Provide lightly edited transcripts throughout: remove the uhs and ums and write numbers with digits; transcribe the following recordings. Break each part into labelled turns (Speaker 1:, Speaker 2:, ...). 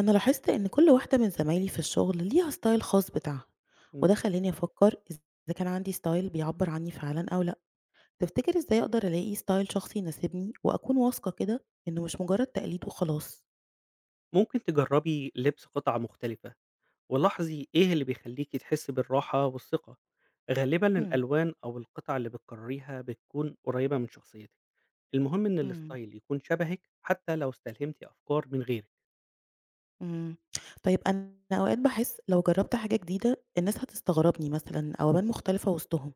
Speaker 1: أنا لاحظت إن كل واحدة من زمايلي في الشغل ليها ستايل خاص بتاعها،
Speaker 2: إمم،
Speaker 1: وده خلاني أفكر إذا كان عندي ستايل بيعبر عني فعلا أو لأ. تفتكر إزاي أقدر ألاقي ستايل شخصي يناسبني وأكون واثقة كده إنه مش مجرد تقليد وخلاص؟
Speaker 2: ممكن تجربي لبس قطع مختلفة، ولاحظي إيه اللي بيخليكِ تحسي بالراحة والثقة، غالبًا
Speaker 1: مم.
Speaker 2: الألوان أو القطع اللي بتكرريها بتكون قريبة من شخصيتِك، المهم إن
Speaker 1: مم.
Speaker 2: الستايل يكون شبهِك حتى لو استلهمتِ أفكار من غيرِك.
Speaker 1: مم. طيب أنا أوقات بحس لو جربت حاجة جديدة الناس هتستغربني مثلا أو أبان مختلفة وسطهم.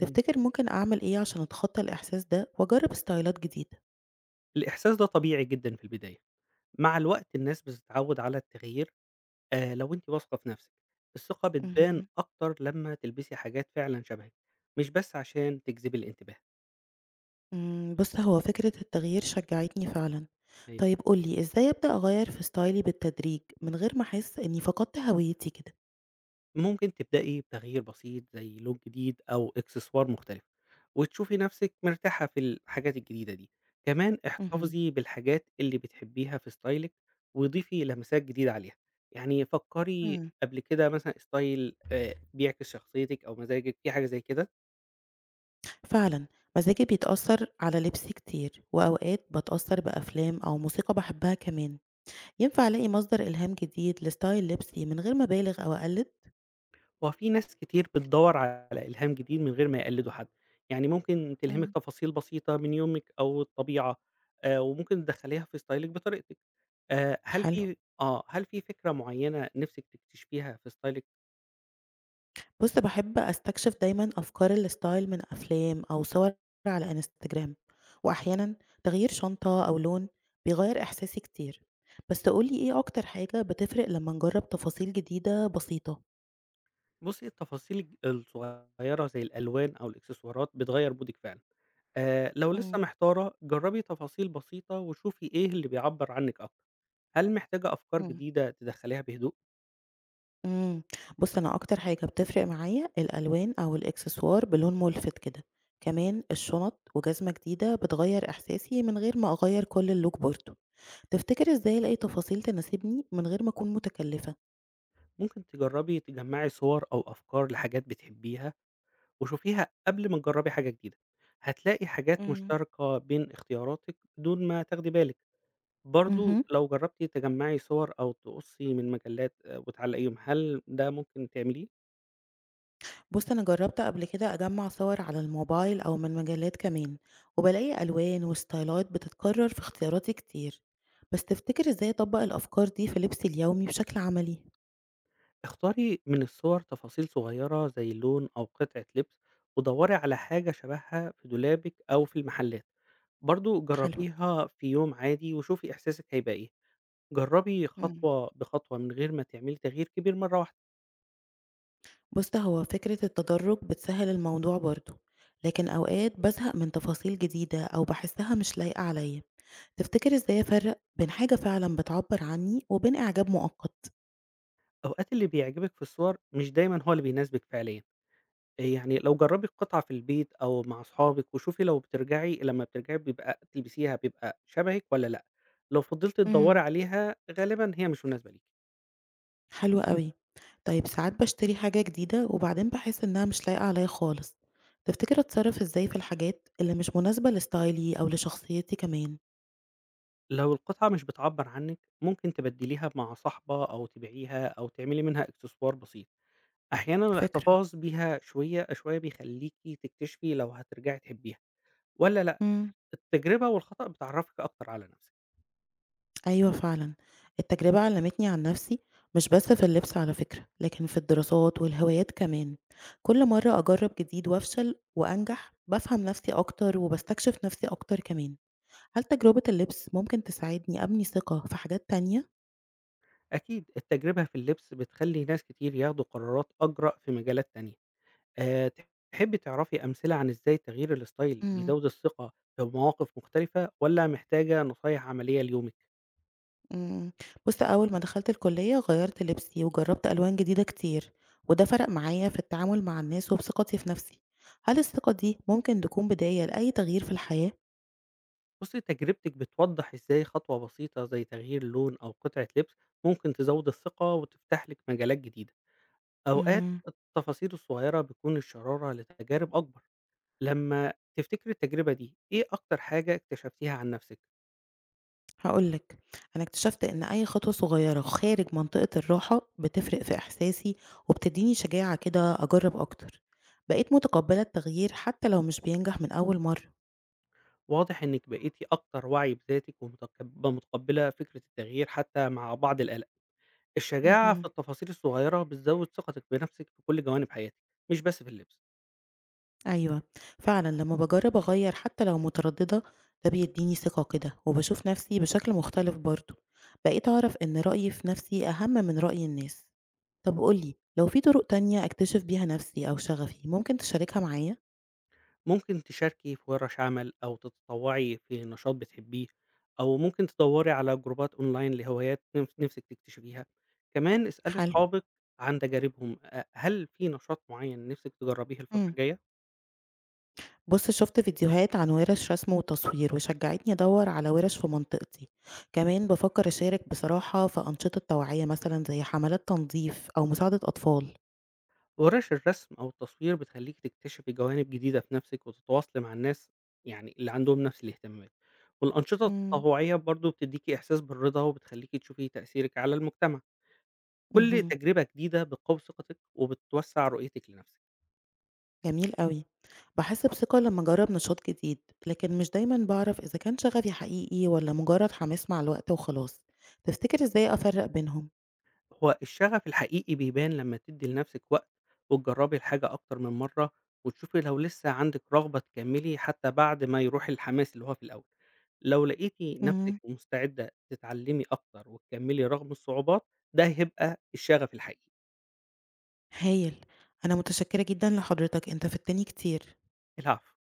Speaker 2: إمم.
Speaker 1: ممكن أعمل إيه عشان أتخطى الإحساس ده وأجرب ستايلات جديدة؟
Speaker 2: الإحساس ده طبيعي جدًا في البداية، مع الوقت الناس بتتعود على التغيير. لو أنتِ واثقة في نفسِك، الثقة بتبان
Speaker 1: مهم.
Speaker 2: أكتر لمّا تلبسي حاجات فعلًا شبهِك، مش بس عشان تجذبي الانتباه.
Speaker 1: بُص هو فكرة التغيير شجّعتني فعلًا.
Speaker 2: أيوه.
Speaker 1: طيب قُل لي إزاي أبدأ أغيّر في ستايلي بالتدريج من غير ما أحس إني فقدت هويتي كده؟
Speaker 2: ممكن تبدأي بتغيير بسيط زي لون جديد أو إكسسوار مختلف، وتشوفي نفسك مرتاحة في الحاجات الجديدة دي. كمان
Speaker 1: اهم.
Speaker 2: احتفظي بالحاجات اللي بتحبيها في ستايلك وضيفي لمسات جديدة عليها. يعني فكري
Speaker 1: إمم.
Speaker 2: قبل كده مثلا ستايل بيعكس شخصيتك أو مزاجك في حاجة زي كده.
Speaker 1: فعلًا، مزاجي بيتأثّر على لبسي كتير، وأوقات باتأثّر بأفلام أو موسيقى باحبها كمان. ينفع ألاقي مصدر إلهام جديد لستايل لبسي من غير ما أبالغ أو أقلد؟
Speaker 2: هو في ناس كتير بتدور على إلهام جديد من غير ما يقلدوا حد. يعني ممكن تلهمك
Speaker 1: إمم.
Speaker 2: تفاصيل بسيطة من يومك أو الطبيعة. وممكن تدخليها في ستايلك بطريقتك.
Speaker 1: حلو.
Speaker 2: هل في فكرة معيّنة نِفْسِك تكتشفيها في ستايلِك؟
Speaker 1: بُص، باحب أستكشف دايمًا أفكار الstyle من أفلام أو صور على إنستجرام، وأحيانًا تغيير شنطة أو لون بيغيّر إحساسي كتير. بس قُل لي إيه أكتر حاجة بتفرق لمّا نجرّب تفاصيل جديدة بسيطة؟
Speaker 2: بُصّي التفاصيل الصغيّرة زي الألوان أو الإكسسوارات بتغيّر مودِك فعلًا. لو لسه
Speaker 1: إمم،
Speaker 2: محتارة، جرّبي تفاصيل بسيطة وشوفي إيه اللي بيعبّر عنِّك أكتر. هل محتاجة أفكار
Speaker 1: إمم.
Speaker 2: جديدة تدخّليها بهدوء؟
Speaker 1: إمم. بُص، أنا أكتر حاجة بتفرق معايا الألوان أو الإكسسوار بلون مُلفت كده، كمان الشنط وجزمة جديدة بتغيّر إحساسي من غير ما أغيّر كل الlook برضه. تفتكر إزاي ألاقي تفاصيل تناسبني من غير ما أكون متكلفة؟
Speaker 2: ممكن تجرّبي تجمّعي صور أو أفكار لحاجات بتحبّيها وشوفيها قبل ما تجرّبي حاجة جديدة. هتلاقي حاجات
Speaker 1: إمم.
Speaker 2: مشتركة بين اختياراتِك بدون ما تاخدي بالِك. برضه
Speaker 1: اهم.
Speaker 2: لو جرّبتِ تجمّعي صور أو تقُصّي من مجلات وتعلّقيهم، هل ده ممكن تعمليه؟
Speaker 1: بُص، أنا جرّبت قبل كده أجمّع صور على الموبايل أو من مجلات كمان، وبالاقي ألوان وستايلات بتتكرر في اختياراتي كتير، بس تفتكر إزاي أطبّق الأفكار دي في لبسي اليومي بشكل عملي؟
Speaker 2: اختاري من الصور تفاصيل صغيّرة زي اللون أو قطعة لبس، ودوّري على حاجة شبهها في دولابِك أو في المحلات، برضه
Speaker 1: حلو.
Speaker 2: جرّبيها في يوم عادي وشوفي إحساسِك هيبقى إيه، جرّبي
Speaker 1: إمم.
Speaker 2: خطوة بخطوة من غير ما تعملي تغيير كبير مرّة واحدة.
Speaker 1: بُص، هو فكرة التدرج بتسهّل الموضوع برضه، لكن أوقات بازهق من تفاصيل جديدة أو باحسّها مش لايقة عليَّ. تفتكر إزاي أفرّق بين حاجة فعلًا بتعبّر عني وبين إعجاب مؤقت؟
Speaker 2: أوقات اللي بيعجبِك في الصور مش دايمًا هو اللي بيناسبِك فعليًا. يعني لو جرّبي القطعة في البيت أو مع أصحابِك وشوفي لو بترجعي لمّا بترجعي بيبقى تلبسيها بيبقى شبهِك والّا لأ، لو فضلتِ تدوّري
Speaker 1: إمم.
Speaker 2: عليها غالبًا هي مش مناسبة ليكِ.
Speaker 1: حلو أوي. طيب ساعات باشتري حاجة جديدة وبعدين باحس إنها مش لايقة عليَّ خالص. تفتكر أتصرف إزاي في الحاجات اللي مش مناسبة لستايلي أو لشخصيتي كمان؟
Speaker 2: لو القطعة مش بتعبّر عنِك ممكن تبدّليها مع صاحبة أو تبيعيها أو تعملي منها إكسسوار بسيط، أحيانًا
Speaker 1: فكرة.
Speaker 2: الاحتفاظ بيها شوية بيخلّيكِ تكتشفي لو هترجعي تحبيها والّا لأ.
Speaker 1: إمم.
Speaker 2: التجربة والخطأ بتعرّفِك أكتر على نفسِك.
Speaker 1: أيوه فعلًا، التجربة علمتني عن نفسي مش بس في اللبس على فكرة، لكن في الدراسات والهوايات كمان، كل مرة أجرب جديد وأفشل وأنجح بافهم نفسي أكتر وباستكشف نفسي أكتر كمان. هل تجربة اللبس ممكن تساعدني أبني ثقة في حاجات تانية؟
Speaker 2: أكيد التجربة في اللبس بتخلّي ناس كتير ياخدوا قرارات أجرأ في مجالات تانية. آآ تحبّي تعرفي أمثلة عن إزاي تغيير الستايل
Speaker 1: إمم.
Speaker 2: بيزوّد الثقة في مواقف مختلفة والّا محتاجة نصايح عملية ليومِك؟
Speaker 1: إمم. بُص، أول ما دخلت الكلية غيّرت لبسي وجرّبت ألوان جديدة كتير، وده فرق معايا في التعامل مع الناس وفي ثقتي في نفسي. هل الثقة دي ممكن تكون بداية لأي تغيير في الحياة؟
Speaker 2: بُصّي، تجربتِك بتوضّح إزاي خطوة بسيطة زي تغيير لون أو قطعة لبس ممكن تزوّد الثقة وتفتح لِك مجالات جديدة. أوقات
Speaker 1: إمم،
Speaker 2: التفاصيل الصغيرة بتكون الشرارة لتجارب أكبر. لمّا تفتكري التجربة دي، إيه أكتر حاجة اكتشفتيها عن نَفْسِك؟
Speaker 1: هاقول لك، أنا اكتشفت إن أي خطوة صغيرة خارج منطقة الراحة بتفرق في إحساسي وبتدّيني شجاعة كده أجرّب أكتر. بقيت متقبّلة التغيير حتى لو مش بينجح من أول مرّة.
Speaker 2: واضح إنِّك بقيتِ أكتر وعي بذاتِك ومتكب متقبّلة فكرة التغيير حتى مع بعض الآلام. الشجاعة في
Speaker 1: اهم.
Speaker 2: التفاصيل الصغيرة بتزود ثقتِك بنفسِك في كل جوانب حياتِك، مش بس في اللبس.
Speaker 1: أيوه، فعلًا لمّا باجرّب أغيّر حتى لو مترددة، ده بيدّيني ثقة كده، وباشوف نفسي بشكل مختلف برضه، بقيت أعرف إن رأيي في نفسي أهم من رأي الناس. طب قُل لي، لو في طرق تانية أكتشف بيها نفسي أو شغفي، ممكن تشاركها معايا؟
Speaker 2: ممكن تشاركي في ورش عمل أو تتطوعي في نشاط بتحبيه، أو ممكن تدوري على جروبات أونلاين لهوايات نفسِك تكتشفيها. كمان اسألي
Speaker 1: حلو.
Speaker 2: أصحابِك عن تجاربهم، هل في نشاط معين نفسِك تجربيه الفترة
Speaker 1: إمم.
Speaker 2: الجاية؟
Speaker 1: بُص، شُفت فيديوهات عن وِرش رسم وتصوير، وشجّعتني أدوّر على وِرش في منطقتي. كمان بافكّر أشارك بصراحة في أنشطة توعية مثلًا زي حملات تنضيف أو مساعدة أطفال.
Speaker 2: ورش الرسم أو التصوير بتخلّيكِ تكتشفي جوانب جديدة في نَفْسِك وتتواصلي مع الناس يعني اللي عندهم نَفْس الاهتمامات، والأنشطة
Speaker 1: إمم.
Speaker 2: التطوعية برضه بتدّيكِ إحساس بالرضا وبتخلّيكِ تشوفي تأثيرِك على المجتمع، كل
Speaker 1: اهم.
Speaker 2: تجربة جديدة بتقوي ثقتِك وبتوسّع رؤيتِك لنَفْسِك.
Speaker 1: جميل أوي. باحس بثقة لمّا أجرّب نشاط جديد، لكن مش دايمًا باعرف إذا كان شغفي حقيقي والّا مجرد حماس مع الوقت وخلاص. تفتكر إزاي أفرّق بينهم؟
Speaker 2: هو الشغف الحقيقي بيبان لما تدي لنفسِك وقت، وتجربي الحاجة أكتر من مرة، وتشوفي لو لسه عندِك رغبة تكملي حتى بعد ما يروح الحماس اللي هو في الأول. لو لقيتِ نفسِك
Speaker 1: إمم.
Speaker 2: مستعدة تتعلمي أكتر وتكملي رغم الصعوبات، ده هيبقى الشغف الحقيقي.
Speaker 1: هايل. أنا متشكرة جدًا لحضرتك، أنت فدتني كتير.
Speaker 2: العفو.